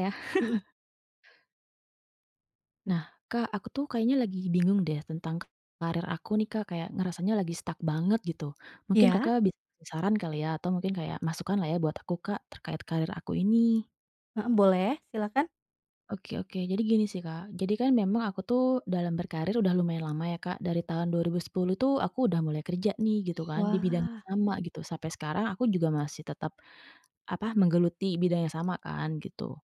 Ya. Mhm, Nah, Kak, aku tuh kayaknya lagi bingung deh tentang karir aku nih, Kak, kayak ngerasanya lagi stuck banget gitu. Mungkin iya? Kakak bisa kasih saran kali ya atau mungkin kayak masukan lah ya buat aku, Kak, terkait karir aku ini. Heeh, boleh, silakan. Oke oke, jadi gini sih Kak, jadi kan memang aku tuh dalam berkarir udah lumayan lama ya Kak, dari tahun 2010 tuh aku udah mulai kerja nih gitu kan, di bidang yang Wah, sama gitu, sampai sekarang aku juga masih tetap, apa, menggeluti bidang yang sama kan gitu.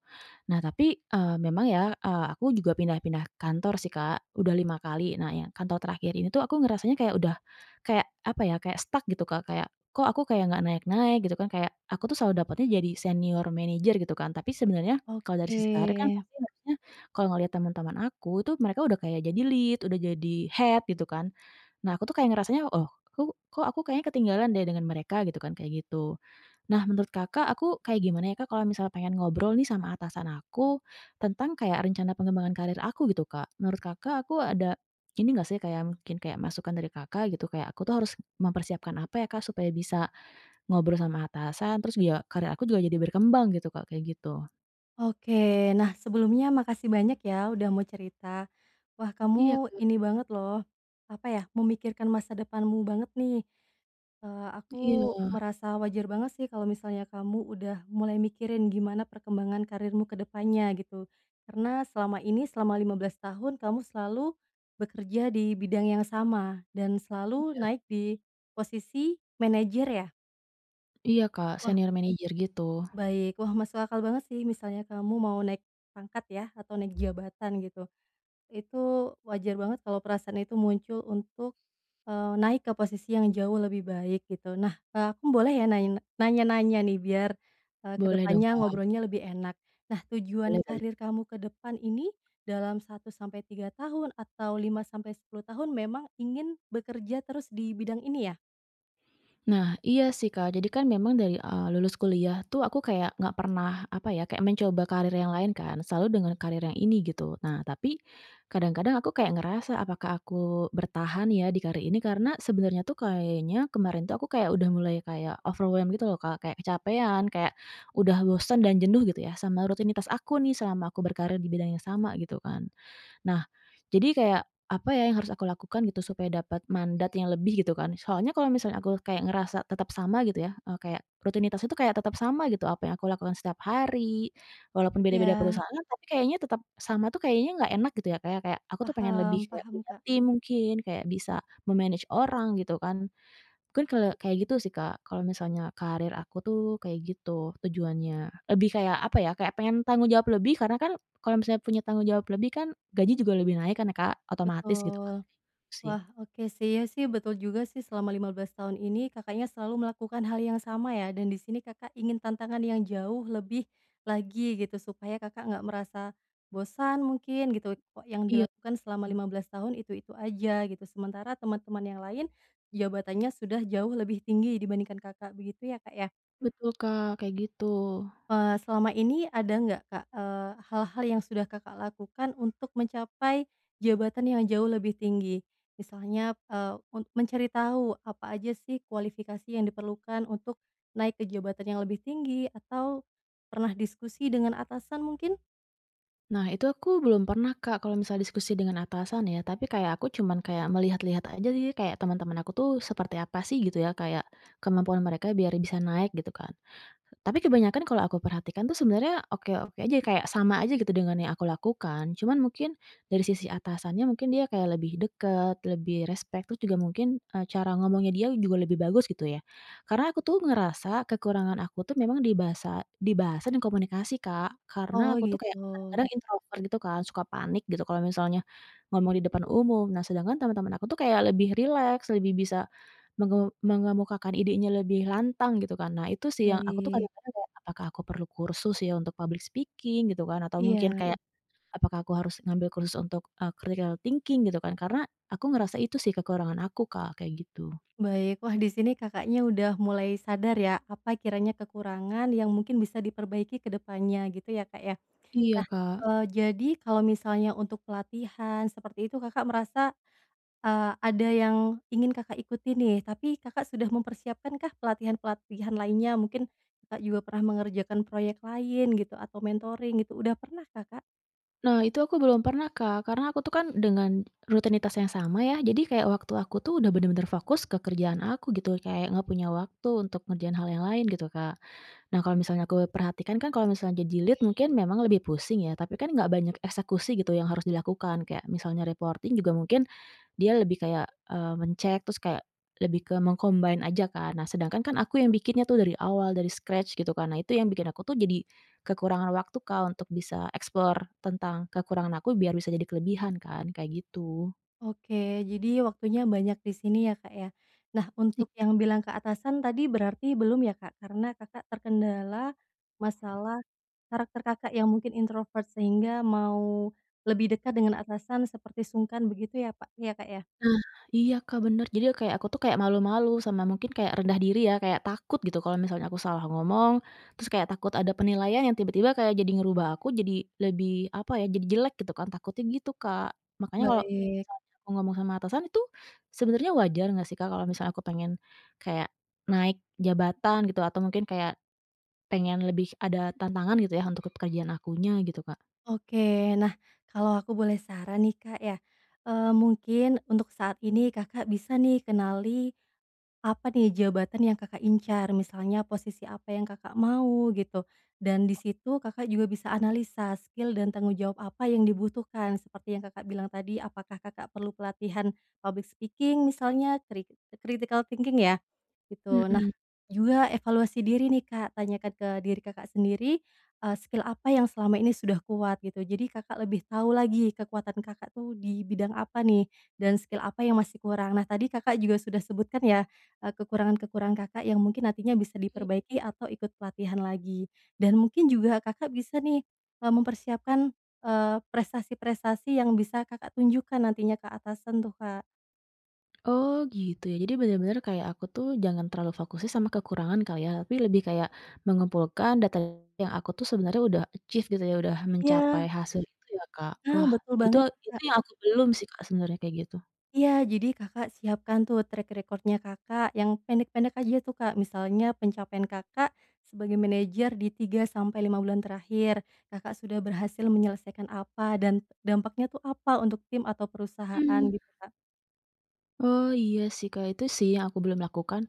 Nah tapi, memang ya, aku juga pindah-pindah kantor sih Kak, udah 5 kali. Nah yang kantor terakhir ini tuh aku ngerasanya kayak udah kayak apa ya, kayak stuck gitu Kak, kayak kok aku kayak nggak naik-naik gitu kan, kayak aku tuh selalu dapatnya jadi senior manager gitu kan. Tapi sebenarnya kalau dari oke sisi karir kan pasti harusnya kalau ngelihat teman-teman aku itu mereka udah kayak jadi lead, udah jadi head gitu kan. Nah aku tuh kayak ngerasanya, "Oh, kok aku kayaknya ketinggalan deh dengan mereka," gitu kan, kayak gitu. Nah, menurut Kakak, aku kayak gimana ya, Kak, kalau misalnya pengen ngobrol nih sama atasan aku tentang kayak rencana pengembangan karir aku gitu, Kak. Menurut Kakak, aku ada ini nggak sih kayak mungkin kayak masukan dari Kakak gitu, kayak aku tuh harus mempersiapkan apa ya, Kak, supaya bisa ngobrol sama atasan, terus dia karir aku juga jadi berkembang gitu, Kak, kayak gitu. oke. Nah, sebelumnya makasih banyak ya udah mau cerita. Wah, Iya, kamu Kak. ini banget loh, apa ya, memikirkan masa depanmu banget nih. Aku Iya. merasa wajar banget sih kalau misalnya kamu udah mulai mikirin gimana perkembangan karirmu ke depannya gitu. Karena selama ini, selama 15 tahun kamu selalu bekerja di bidang yang sama dan selalu Iya. naik di posisi manajer ya? Iya, Kak, Wah, senior manager gitu. baik. Wah, masuk akal banget sih misalnya kamu mau naik pangkat ya atau naik jabatan gitu. Itu wajar banget kalau perasaan itu muncul untuk, naik ke posisi yang jauh lebih baik gitu. Nah, aku boleh ya nanya-nanya nih biar, ke Boleh dong, Kak. ngobrolnya lebih enak. Nah, tujuan Boleh boleh. karir kamu ke depan ini dalam 1 sampai 3 tahun atau 5 sampai 10 tahun memang ingin bekerja terus di bidang ini ya? Nah, iya sih, Kak. Jadi kan memang dari, lulus kuliah tuh aku kayak nggak pernah, apa ya, kayak mencoba karir yang lain kan, selalu dengan karir yang ini gitu. Nah, tapi kadang-kadang aku kayak ngerasa apakah aku bertahan ya di karir ini karena sebenarnya tuh kayaknya kemarin tuh aku kayak udah mulai kayak overwhelmed gitu loh, Kak, kayak kecapean, kayak udah bosan dan jenuh gitu ya sama rutinitas aku nih selama aku berkarir di bidang yang sama gitu kan. Nah, jadi kayak, apa ya yang harus aku lakukan gitu supaya dapat mandat yang lebih gitu kan. Soalnya kalau misalnya aku kayak ngerasa tetap sama gitu ya, kayak rutinitas itu kayak tetap sama gitu, apa yang aku lakukan setiap hari, walaupun beda-beda Ya perusahaan tapi kayaknya tetap sama tuh kayaknya nggak enak gitu ya, kayak kayak aku tuh pengen lebih paham kayak paham, punya Kak. tim mungkin, kayak bisa memanage orang gitu kan. Mungkin kalau kayak gitu sih, Kak, kalau misalnya karir aku tuh kayak gitu tujuannya. Lebih kayak, apa ya, kayak pengen tanggung jawab lebih karena kan kalau misalnya punya tanggung jawab lebih kan gaji juga lebih naik kan ya, Kak, otomatis gitu kan, Betul. sih. Wah, oke sih. Ya sih, betul juga sih, selama 15 tahun ini Kakaknya selalu melakukan hal yang sama ya, dan di sini Kakak ingin tantangan yang jauh lebih lagi gitu, supaya Kakak nggak merasa bosan mungkin gitu, kok yang Iya, dilakukan selama 15 tahun itu-itu aja gitu. Sementara teman-teman yang lain jabatannya sudah jauh lebih tinggi dibandingkan Kakak, begitu ya, Kak, ya? betul, Kak, kayak gitu. Selama ini ada nggak, Kak, hal-hal yang sudah Kakak lakukan untuk mencapai jabatan yang jauh lebih tinggi? Misalnya, mencari tahu apa aja sih kualifikasi yang diperlukan untuk naik ke jabatan yang lebih tinggi atau pernah diskusi dengan atasan mungkin? Nah, itu aku belum pernah, Kak, kalau misalnya diskusi dengan atasan ya, tapi kayak aku cuman kayak melihat-lihat aja sih kayak teman-teman aku tuh seperti apa sih gitu ya, kayak kemampuan mereka biar bisa naik gitu kan. Tapi kebanyakan kalau aku perhatikan tuh sebenarnya oke-oke aja, kayak sama aja gitu dengan yang aku lakukan. Cuman mungkin dari sisi atasannya mungkin dia kayak lebih dekat, lebih respect, terus juga mungkin, cara ngomongnya dia juga lebih bagus gitu ya. Karena aku tuh ngerasa kekurangan aku tuh memang di bahasa dan komunikasi, Kak. Oh Karena aku tuh kayak gitu, kadang-kadang introvert gitu kan, suka panik gitu kalau misalnya ngomong di depan umum. Nah, sedangkan teman-teman aku tuh kayak lebih rileks, lebih bisa mengemukakan idenya lebih lantang gitu kan. Nah itu sih yang aku tuh baik. kadang-kadang kayak, apakah aku perlu kursus ya untuk public speaking gitu kan, atau mungkin Iya, kayak apakah aku harus ngambil kursus untuk, critical thinking gitu kan, karena aku ngerasa itu sih kekurangan aku Kak, kayak gitu. baik. Wah, di sini Kakaknya udah mulai sadar ya, apa kiranya kekurangan yang mungkin bisa diperbaiki ke depannya gitu ya, Kak, ya? Iya Nah, Kak. Jadi kalau misalnya untuk pelatihan seperti itu Kakak merasa, ada yang ingin Kakak ikuti nih, tapi Kakak sudah mempersiapkankah pelatihan-pelatihan lainnya? Mungkin Kakak juga pernah mengerjakan proyek lain gitu atau mentoring gitu, udah pernah Kakak? Nah, itu aku belum pernah, Kak, karena aku tuh kan dengan rutinitas yang sama ya, jadi kayak waktu aku tuh udah bener-bener fokus ke kerjaan aku gitu, kayak nggak punya waktu untuk ngerjain hal yang lain gitu, Kak. Nah, kalau misalnya aku perhatikan kan kalau misalnya jadi lead mungkin memang lebih pusing ya, tapi kan nggak banyak eksekusi gitu yang harus dilakukan, kayak misalnya reporting juga mungkin dia lebih kayak, mencek terus kayak lebih ke mengcombine aja kan. Nah, sedangkan kan aku yang bikinnya tuh dari awal, dari scratch gitu kan. Nah, itu yang bikin aku tuh jadi kekurangan waktu, Kak, untuk bisa explore tentang kekurangan aku biar bisa jadi kelebihan kan, kayak gitu. Oke, jadi waktunya banyak di sini ya, Kak, ya. Nah, untuk yang bilang ke atasan tadi berarti belum ya, Kak? Karena Kakak terkendala masalah karakter Kakak yang mungkin introvert sehingga mau lebih dekat dengan atasan seperti sungkan begitu ya, Pak ya, Kak, ya? Nah, iya Kak, bener. Jadi ya kayak aku tuh kayak malu-malu sama mungkin kayak rendah diri ya, kayak takut gitu kalau misalnya aku salah ngomong, terus kayak takut ada penilaian yang tiba-tiba kayak jadi ngerubah aku jadi lebih, apa ya, jadi jelek gitu kan, takutnya gitu, Kak. Makanya kalau Baik, misalnya aku ngomong sama atasan itu sebenarnya wajar nggak sih, Kak, kalau misalnya aku pengen kayak naik jabatan gitu atau mungkin kayak pengen lebih ada tantangan gitu ya untuk pekerjaan akunya gitu, Kak? oke. Nah, kalau aku boleh saran nih, Kak, ya, mungkin untuk saat ini Kakak bisa nih kenali apa nih jabatan yang Kakak incar, misalnya posisi apa yang Kakak mau gitu, dan di situ Kakak juga bisa analisa skill dan tanggung jawab apa yang dibutuhkan, seperti yang Kakak bilang tadi, apakah Kakak perlu pelatihan public speaking misalnya, critical thinking ya? Gitu. Nah, Mhm. juga evaluasi diri nih, Kak, tanyakan ke diri Kakak sendiri, skill apa yang selama ini sudah kuat gitu. Jadi Kakak lebih tahu lagi kekuatan Kakak tuh di bidang apa nih, dan skill apa yang masih kurang. Nah, tadi Kakak juga sudah sebutkan ya, kekurangan-kekurangan Kakak yang mungkin nantinya bisa diperbaiki atau ikut pelatihan lagi. Dan mungkin juga Kakak bisa nih, mempersiapkan, prestasi-prestasi yang bisa Kakak tunjukkan nantinya ke atasan tuh, Kak. Oh gitu ya, jadi benar-benar kayak aku tuh jangan terlalu fokusnya sama kekurangan kali ya, tapi lebih kayak mengumpulkan data yang aku tuh sebenarnya udah achieve gitu ya, udah mencapai Iya, hasil itu ya Kak. nah Wah betul itu banget, itu Kak. yang aku belum sih Kak sebenarnya kayak gitu. Iya, jadi Kakak siapkan tuh track record Kakak yang pendek-pendek aja tuh, Kak. Misalnya pencapaian Kakak sebagai manajer di 3 sampai 5 bulan terakhir, Kakak sudah berhasil menyelesaikan apa dan dampaknya tuh apa untuk tim atau perusahaan Mhm. gitu, Kak. Oh iya sih Kak, itu sih yang aku belum lakukan.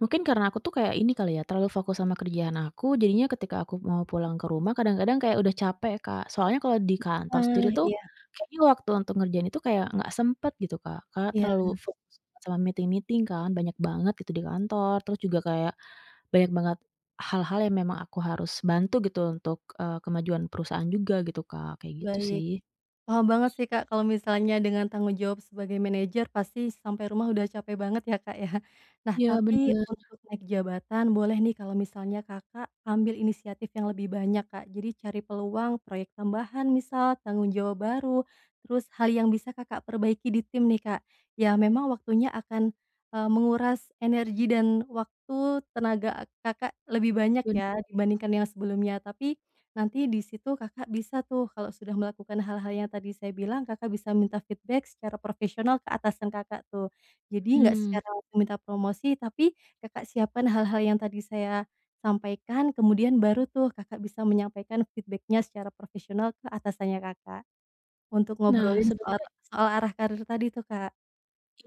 Mungkin karena aku tuh kayak ini kali ya, terlalu fokus sama kerjaan aku, jadinya ketika aku mau pulang ke rumah kadang-kadang kayak udah capek, Kak. Soalnya kalau di kantor sendiri Ah, tuh, iya kayaknya waktu untuk ngerjain itu kayak nggak sempet gitu, Kak. Karena iya, terlalu fokus sama meeting-meeting kan, banyak banget gitu di kantor, terus juga kayak banyak banget hal-hal yang memang aku harus bantu gitu untuk, kemajuan perusahaan juga gitu, Kak, kayak gitu baik. sih. Paham banget sih Kak, kalau misalnya dengan tanggung jawab sebagai manajer pasti sampai rumah udah capek banget ya Kak ya. Nah Iya, tapi bener. untuk naik jabatan boleh nih kalau misalnya Kakak ambil inisiatif yang lebih banyak Kak. Jadi cari peluang, proyek tambahan misal, tanggung jawab baru, terus hal yang bisa Kakak perbaiki di tim nih Kak. Ya memang waktunya akan, menguras energi dan waktu tenaga Kakak lebih banyak ben ya dibandingkan yang sebelumnya. Tapi nanti di situ Kakak bisa tuh kalau sudah melakukan hal-hal yang tadi saya bilang, Kakak bisa minta feedback secara profesional ke atasan Kakak tuh. Jadi nggak mhm. secara langsung minta promosi, tapi Kakak siapkan hal-hal yang tadi saya sampaikan, kemudian baru tuh Kakak bisa menyampaikan feedbacknya secara profesional ke atasannya Kakak, untuk Nah ngobrolin soal sebenarnya soal arah karir tadi tuh, Kak.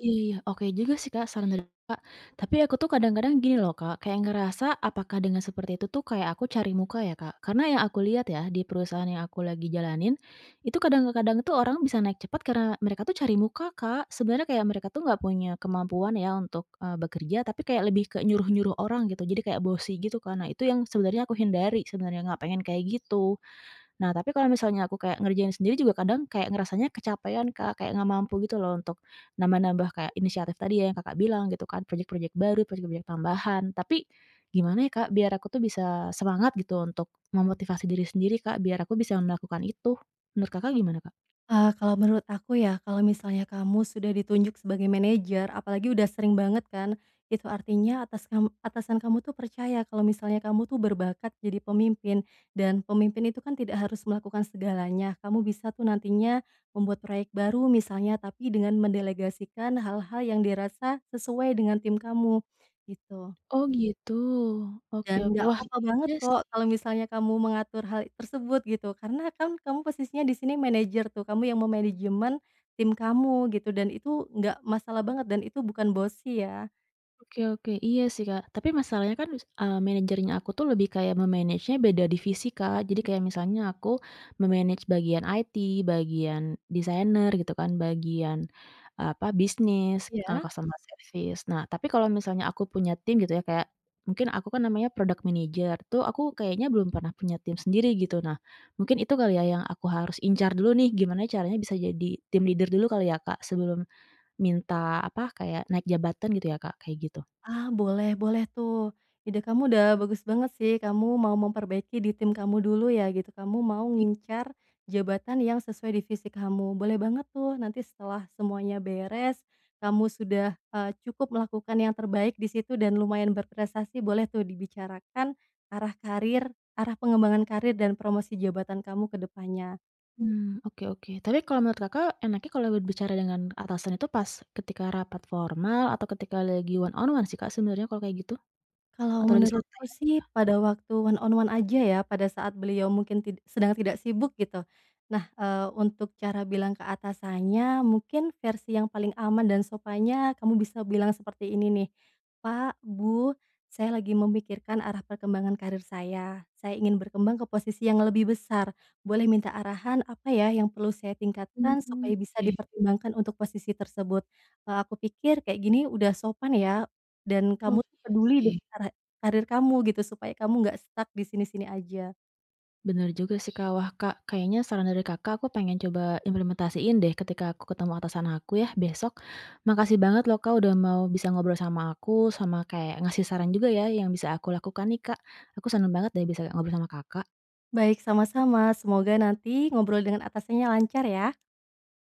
Iya iya, oke juga sih, Kak, saran dari Kakak. Tapi aku tuh kadang-kadang gini loh, Kak, kayak ngerasa apakah dengan seperti itu tuh kayak aku cari muka ya, Kak? Karena yang aku lihat ya di perusahaan yang aku lagi jalanin, itu kadang-kadang tuh orang bisa naik cepat karena mereka tuh cari muka, Kak. Sebenarnya kayak mereka tuh nggak punya kemampuan ya untuk, bekerja, tapi kayak lebih ke nyuruh-nyuruh orang gitu, jadi kayak bossy gitu kak. Nah itu yang sebenarnya aku hindari sebenarnya, nggak pengen kayak gitu. Nah, tapi kalau misalnya aku kayak ngerjain sendiri juga kadang kayak ngerasanya kecapean, Kak, kayak nggak mampu gitu loh untuk nambah-nambah kayak inisiatif tadi ya yang Kakak bilang gitu kan, proyek-proyek baru, proyek-proyek tambahan. Tapi gimana ya, Kak, biar aku tuh bisa semangat gitu untuk memotivasi diri sendiri, Kak, biar aku bisa melakukan itu. Menurut Kakak gimana, Kak? Kalau menurut aku ya, kalau misalnya kamu sudah ditunjuk sebagai manajer, apalagi udah sering banget kan, itu artinya atasan kamu tuh percaya kalau misalnya kamu tuh berbakat jadi pemimpin, dan pemimpin itu kan tidak harus melakukan segalanya. Kamu bisa tuh nantinya membuat proyek baru misalnya, tapi dengan mendelegasikan hal-hal yang dirasa sesuai dengan tim kamu, gitu. Oh gitu, oke Dan oke. nggak Wah, apa-apa banget iya kok sih. kalau misalnya kamu mengatur hal tersebut gitu, karena kan kamu posisinya di sini manajer tuh, kamu yang memanajemen tim kamu gitu dan itu nggak masalah banget dan itu bukan bossy ya. Oke oke, iya sih, Kak. Tapi masalahnya kan, manajernya aku tuh lebih kayak me-manage-nya beda divisi, Kak. Jadi kayak misalnya aku me-manage bagian IT, bagian desainer gitu kan, bagian, apa, bisnis, Iya? customer service. Nah, tapi kalau misalnya aku punya tim gitu ya, kayak mungkin aku kan namanya product manager, tuh aku kayaknya belum pernah punya tim sendiri gitu. Nah, mungkin itu kali ya yang aku harus incar dulu nih, gimana caranya bisa jadi tim leader dulu kali ya, Kak, sebelum minta, apa, kayak naik jabatan gitu ya, Kak, kayak gitu? Ah, boleh boleh tuh. Ide kamu udah bagus banget sih, kamu mau memperbaiki di tim kamu dulu ya gitu, kamu mau ngincar jabatan yang sesuai divisi kamu. Boleh banget tuh, nanti setelah semuanya beres, kamu sudah, cukup melakukan yang terbaik di situ dan lumayan berprestasi, boleh tuh dibicarakan arah karir, arah pengembangan karir dan promosi jabatan kamu ke depannya. Mmm, oke oke. Tapi kalau menurut Kakak enaknya kalau berbicara dengan atasan itu pas ketika rapat formal atau ketika lagi one on one sih Kak sebenarnya kalau kayak gitu? Kalau Atau lagi santai menurutku aja? sih pada waktu one on one aja ya, pada saat beliau mungkin sedang tidak sibuk gitu. Nah, untuk cara bilang ke atasannya mungkin versi yang paling aman dan sopannya kamu bisa bilang seperti ini nih, "Pak, Bu, saya lagi memikirkan arah perkembangan karir saya. Saya ingin berkembang ke posisi yang lebih besar. Boleh minta arahan apa ya yang perlu saya tingkatkan Mmm. supaya bisa Oke. dipertimbangkan untuk posisi tersebut? Aku pikir kayak gini udah sopan ya." Dan Oh, kamu oh, tuh iya peduli sih. dengan karir kamu gitu, supaya kamu nggak stuck di sini-sini aja. Bener juga sih Kak. Wah Kak, kayaknya saran dari Kakak aku pengen coba implementasiin deh ketika aku ketemu atasan aku ya besok. Makasih banget loh Kak udah mau bisa ngobrol sama aku, sama kayak ngasih saran juga ya yang bisa aku lakukan nih Kak. Aku seneng banget deh bisa ngobrol sama Kakak. Baik, sama-sama. Semoga nanti ngobrol dengan atasannya lancar ya.